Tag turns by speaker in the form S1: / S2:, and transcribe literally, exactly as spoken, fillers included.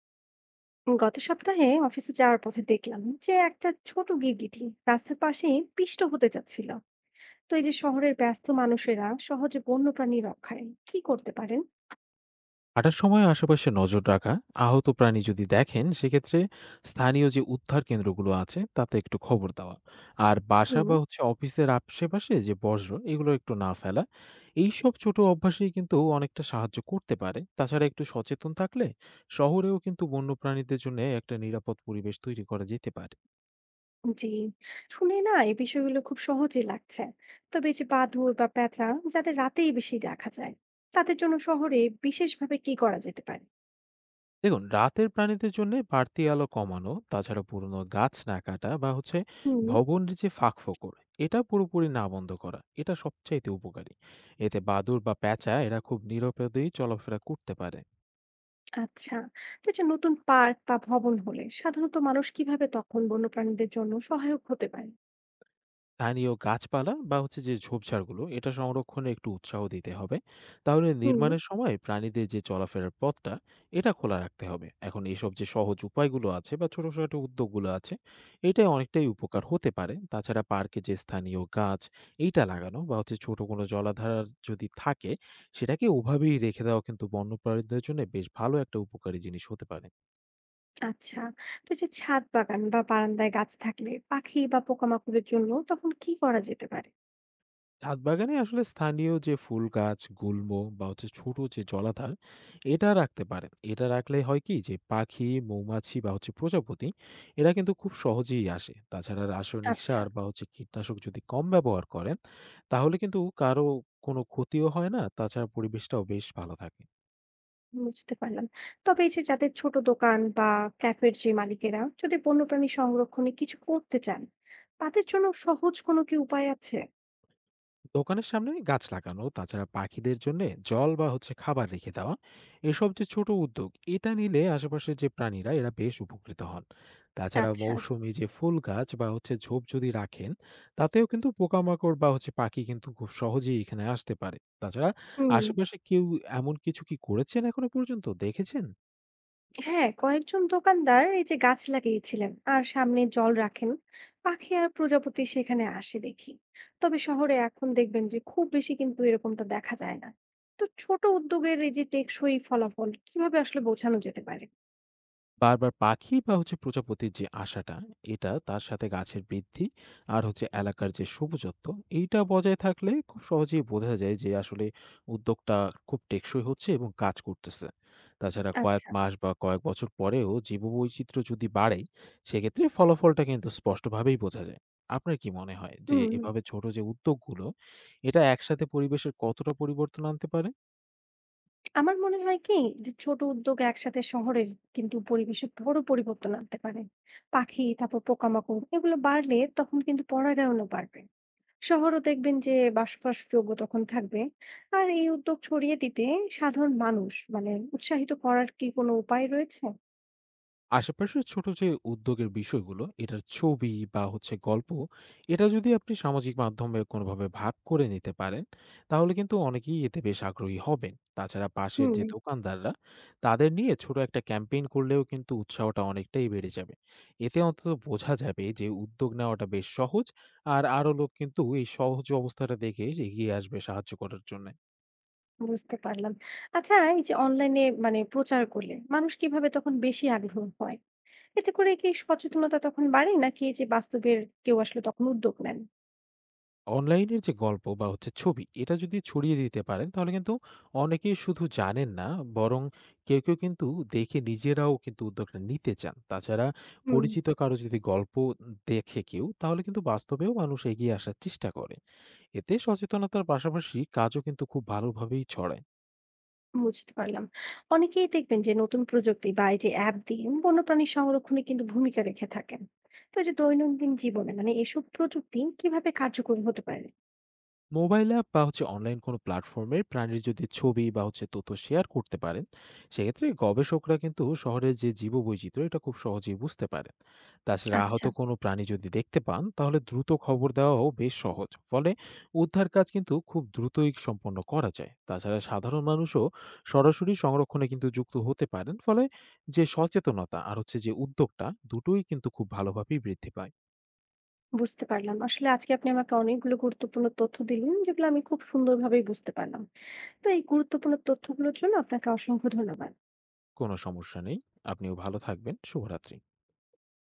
S1: গত সপ্তাহে অফিসে যাওয়ার পথে দেখলাম যে একটা ছোট গিরগিটি রাস্তার পাশে পিষ্ট হতে যাচ্ছিল। তো এই যে শহরের ব্যস্ত মানুষেরা সহজে বন্যপ্রাণী রক্ষায় কি করতে পারেন?
S2: হাঁটার সময় আশেপাশে নজর রাখা। আহত প্রাণী যদি দেখেন সেক্ষেত্রে স্থানীয় যে উদ্ধার কেন্দ্রগুলো আছে তাতে একটু খবর দেওয়া। আর বাসা
S1: হুম।
S2: বা হচ্ছে অফিসের আশেপাশে যে বর্জ্য এগুলো একটু না ফেলা। এইসব ছোট অভ্যাসেই কিন্তু অনেকটা সাহায্য করতে পারে। তাছাড়া একটু সচেতন থাকলে শহরেও কিন্তু বন্যপ্রাণীদের জন্য একটা নিরাপদ পরিবেশ তৈরি করা যেতে পারে।
S1: জি। শুনে না এই বিষয়গুলো খুব সহজে লাগছে। তবে এই যে বাদুড় বা পেঁচা, যাদের রাতেই বেশি দেখা যায়, তাদের জন্য শহরে বিশেষভাবে কি করা যেতে পারে?
S2: দেখুন, রাতের প্রাণীদের জন্য বাড়তি আলো কমানো, তাছাড়া পুরনো গাছ না কাটা বা হচ্ছে
S1: হুম।
S2: ভবনের যে ফাঁক ফোকর এটা পুরোপুরি না বন্ধ করা, এটা সবচাইতে উপকারী। এতে বাদুড় বা প্যাঁচা এরা খুব নিরাপদেই চলাফেরা করতে পারে।
S1: আচ্ছা। তো এটা নতুন পার্ক বা ভবন হলে সাধারণত মানুষ কিভাবে তখন বন্যপ্রাণীদের জন্য সহায়ক হতে পারে?
S2: স্থানীয় গাছপালা বা হচ্ছে যে ঝোপঝাড়গুলো এটা সংরক্ষণে একটু উৎসাহ দিতে হবে। তাহলে
S1: হুম।
S2: নির্মাণের সময় প্রাণীদের যে চলাফেরার পথটা এটা খোলা রাখতে হবে। এখন এসব যে সহজ উপায়গুলো আছে বা ছোট ছোট উদ্যোগগুলো আছে এটা অনেকটাই উপকার হতে পারে। তাছাড়া পার্কে যে স্থানীয় গাছ এইটা লাগানো বা হচ্ছে ছোট কোনো জলাধার যদি থাকে সেটাকে ওভাবেই রেখে দেওয়া কিন্তু বন্যপ্রাণীদের জন্য বেশ ভালো একটা উপকারী জিনিস হতে পারে।
S1: আচ্ছা। তো এই যে ছাদ বাগান বা বারান্দায় গাছ থাকলে পাখি বা পোকামাকড়ের জন্য তখন কি করা যেতে পারে?
S2: ছাদ বাগানে আসলে স্থানীয় যে ফুল গাছ গুল্ম বা হচ্ছে ছোট যে জলাধার এটা রাখতে পারেন। এটা রাখলে হয় কি যে পাখি মৌমাছি বা হচ্ছে প্রজাপতি এরা কিন্তু খুব সহজেই আসে। তাছাড়া রাসায়নিক
S1: আচ্ছা।
S2: সার বা হচ্ছে কীটনাশক যদি কম ব্যবহার করেন তাহলে কিন্তু কারো কোনো ক্ষতিও হয় না, তাছাড়া পরিবেশটাও বেশ ভালো থাকে।
S1: বুঝতে পারলাম। তবে এই যে যাদের ছোট দোকান বা ক্যাফের যে মালিকেরা যদি বন্যপ্রাণী সংরক্ষণে কিছু করতে চান, তাদের জন্য সহজ কোনো কি উপায় আছে?
S2: দোকানের সামনে গাছ লাগানো, তাছাড়া পাখিদের জন্য জল বা হচ্ছে খাবার রেখে দেওয়া, এসব যে ছোট উদ্যোগ এটা নিলে আশেপাশের যে প্রাণীরা এরা বেশ উপকৃত হন। তাছাড়া
S1: আচ্ছা।
S2: মৌসুমী যে ফুল গাছ বা হচ্ছে ঝোপ যদি রাখেন তাতেও কিন্তু পোকামাকড় বা হচ্ছে পাখি কিন্তু খুব সহজেই এখানে আসতে পারে। তাছাড়া
S1: হুম।
S2: আশেপাশে কেউ এমন কিছু কি করেছেন এখনো পর্যন্ত দেখেছেন?
S1: হ্যাঁ, কয়েকজন দোকানদার এই যে গাছ লাগিয়েছিলেন আর সামনে জল রাখেন। পাখি আর প্রজাপতি সেখানে আসে দেখি। তবে শহরে এখন দেখবেন যে খুব বেশি কিন্তু এরকমটা দেখা যায় না। তো ছোট উদ্যোগের এই যে টেকসই ফলাফল কিভাবে আসলে বোঝানো যেতে পারে?
S2: বারবার পাখি বা হচ্ছে প্রজাপতির যে আশাটা এটা, তার সাথে গাছের বৃদ্ধি আর হচ্ছে এলাকার যে সবুজত্ব এইটা বজায় থাকলে খুব সহজেই বোঝা যায় যে আসলে উদ্যোগটা খুব টেকসই হচ্ছে এবং কাজ করতেছে। তাছাড়া কয়েক
S1: আচ্ছা।
S2: মাস বা কয়েক বছর পরেও জীববৈচিত্র্য যদি বাড়ে সেক্ষেত্রে ফলাফলটা কিন্তু স্পষ্টভাবেই বোঝা যায়। আপনার কি মনে হয় যে
S1: হুম।
S2: এভাবে ছোট যে উদ্যোগগুলো এটা একসাথে পরিবেশের কতটা পরিবর্তন আনতে পারে?
S1: আমার মনে হয় কি, যে ছোট উদ্যোগ একসাথে শহরের কিন্তু পরিবেশে বড় পরিবর্তন আনতে পারে। পাখি তারপর পোকামাকড় এগুলো বাড়লে তখন কিন্তু পরাগায়নও বাড়বে। শহরও দেখবেন যে বাসবাসযোগ্য তখন থাকবে। আর এই উদ্যোগ ছড়িয়ে দিতে সাধারণ মানুষ মানে উৎসাহিত করার কি কোনো উপায় রয়েছে?
S2: আশেপাশের ছোট যে উদ্যোগের বিষয়গুলো এটার ছবি বা হচ্ছে গল্প এটা যদি আপনি সামাজিক মাধ্যমে কোনোভাবে ভাগ করে নিতে পারেন তাহলে কিন্তু অনেকেই এতে বেশ আগ্রহী হবেন। তাছাড়া পাশের
S1: হুম।
S2: যে দোকানদাররা তাদের নিয়ে ছোট একটা ক্যাম্পেইন করলেও কিন্তু উৎসাহটা অনেকটাই বেড়ে যাবে। এতে অন্তত বোঝা যাবে যে উদ্যোগ নেওয়াটা বেশ সহজ, আর আরো লোক কিন্তু এই সহজ অবস্থাটা দেখে এগিয়ে আসবে সাহায্য করার জন্য।
S1: বুঝতে পারলাম। আচ্ছা, এই যে অনলাইনে মানে প্রচার করলে মানুষ কিভাবে তখন বেশি আগ্রহ হয়? এতে করে কি সচেতনতা তখন বাড়ে নাকি এই যে বাস্তবের কেউ আসলে তখন উদ্যোগ নেন?
S2: অনলাইনের যে গল্প বা হচ্ছে ছবি এটা যদি ছড়িয়ে দিতে পারেন তাহলে কিন্তু অনেকেই শুধু জানেন না, বরং কেউ কেউ কিন্তু দেখে নিজেরাও কিন্তু উদ্যোগটা নিতে চান। তাছাড়া
S1: হুম।
S2: পরিচিত কারো যদি গল্প দেখে কেউ তাহলে কিন্তু বাস্তবেও মানুষ এগিয়ে আসার চেষ্টা করে। এতে সচেতনতার পাশাপাশি কাজও কিন্তু খুব ভালোভাবেই ছড়ায়।
S1: বুঝতে পারলাম। অনেকেই দেখবেন যে নতুন প্রযুক্তি বা এই যে অ্যাপ দিয়ে বন্যপ্রাণী সংরক্ষণে কিন্তু ভূমিকা রেখে থাকেন। তো এই যে দৈনন্দিন জীবনে মানে এসব প্রযুক্তি কিভাবে কার্যকরী হতে পারে?
S2: মোবাইল অ্যাপ বা হচ্ছে অনলাইন কোনো প্ল্যাটফর্মে প্রাণীর যদি ছবি বা হচ্ছে তথ্য শেয়ার করতে পারেন সেক্ষেত্রে গবেষকরা কিন্তু শহরের যে জীববৈচিত্র্য এটা খুব সহজেই বুঝতে পারে। তাছাড়া আহত
S1: আচ্ছা,
S2: কোনো প্রাণী যদি দেখতে পান তাহলে দ্রুত খবর দেওয়াও বেশ সহজ, ফলে উদ্ধার কাজ কিন্তু খুব দ্রুতই সম্পন্ন করা যায়। তাছাড়া সাধারণ মানুষও সরাসরি সংরক্ষণে কিন্তু যুক্ত হতে পারেন, ফলে যে সচেতনতা আর হচ্ছে যে উদ্যোগটা দুটোই কিন্তু খুব ভালোভাবেই বৃদ্ধি পায়।
S1: বুঝতে পারলাম। আসলে আজকে আপনি আমাকে অনেকগুলো গুরুত্বপূর্ণ তথ্য দিলেন যেগুলো আমি খুব সুন্দরভাবেই বুঝতে পারলাম। তো এই গুরুত্বপূর্ণ তথ্যগুলোর জন্য আপনাকে অসংখ্য ধন্যবাদ।
S2: কোনো সমস্যা নেই। আপনিও ভালো থাকবেন। শুভরাত্রি।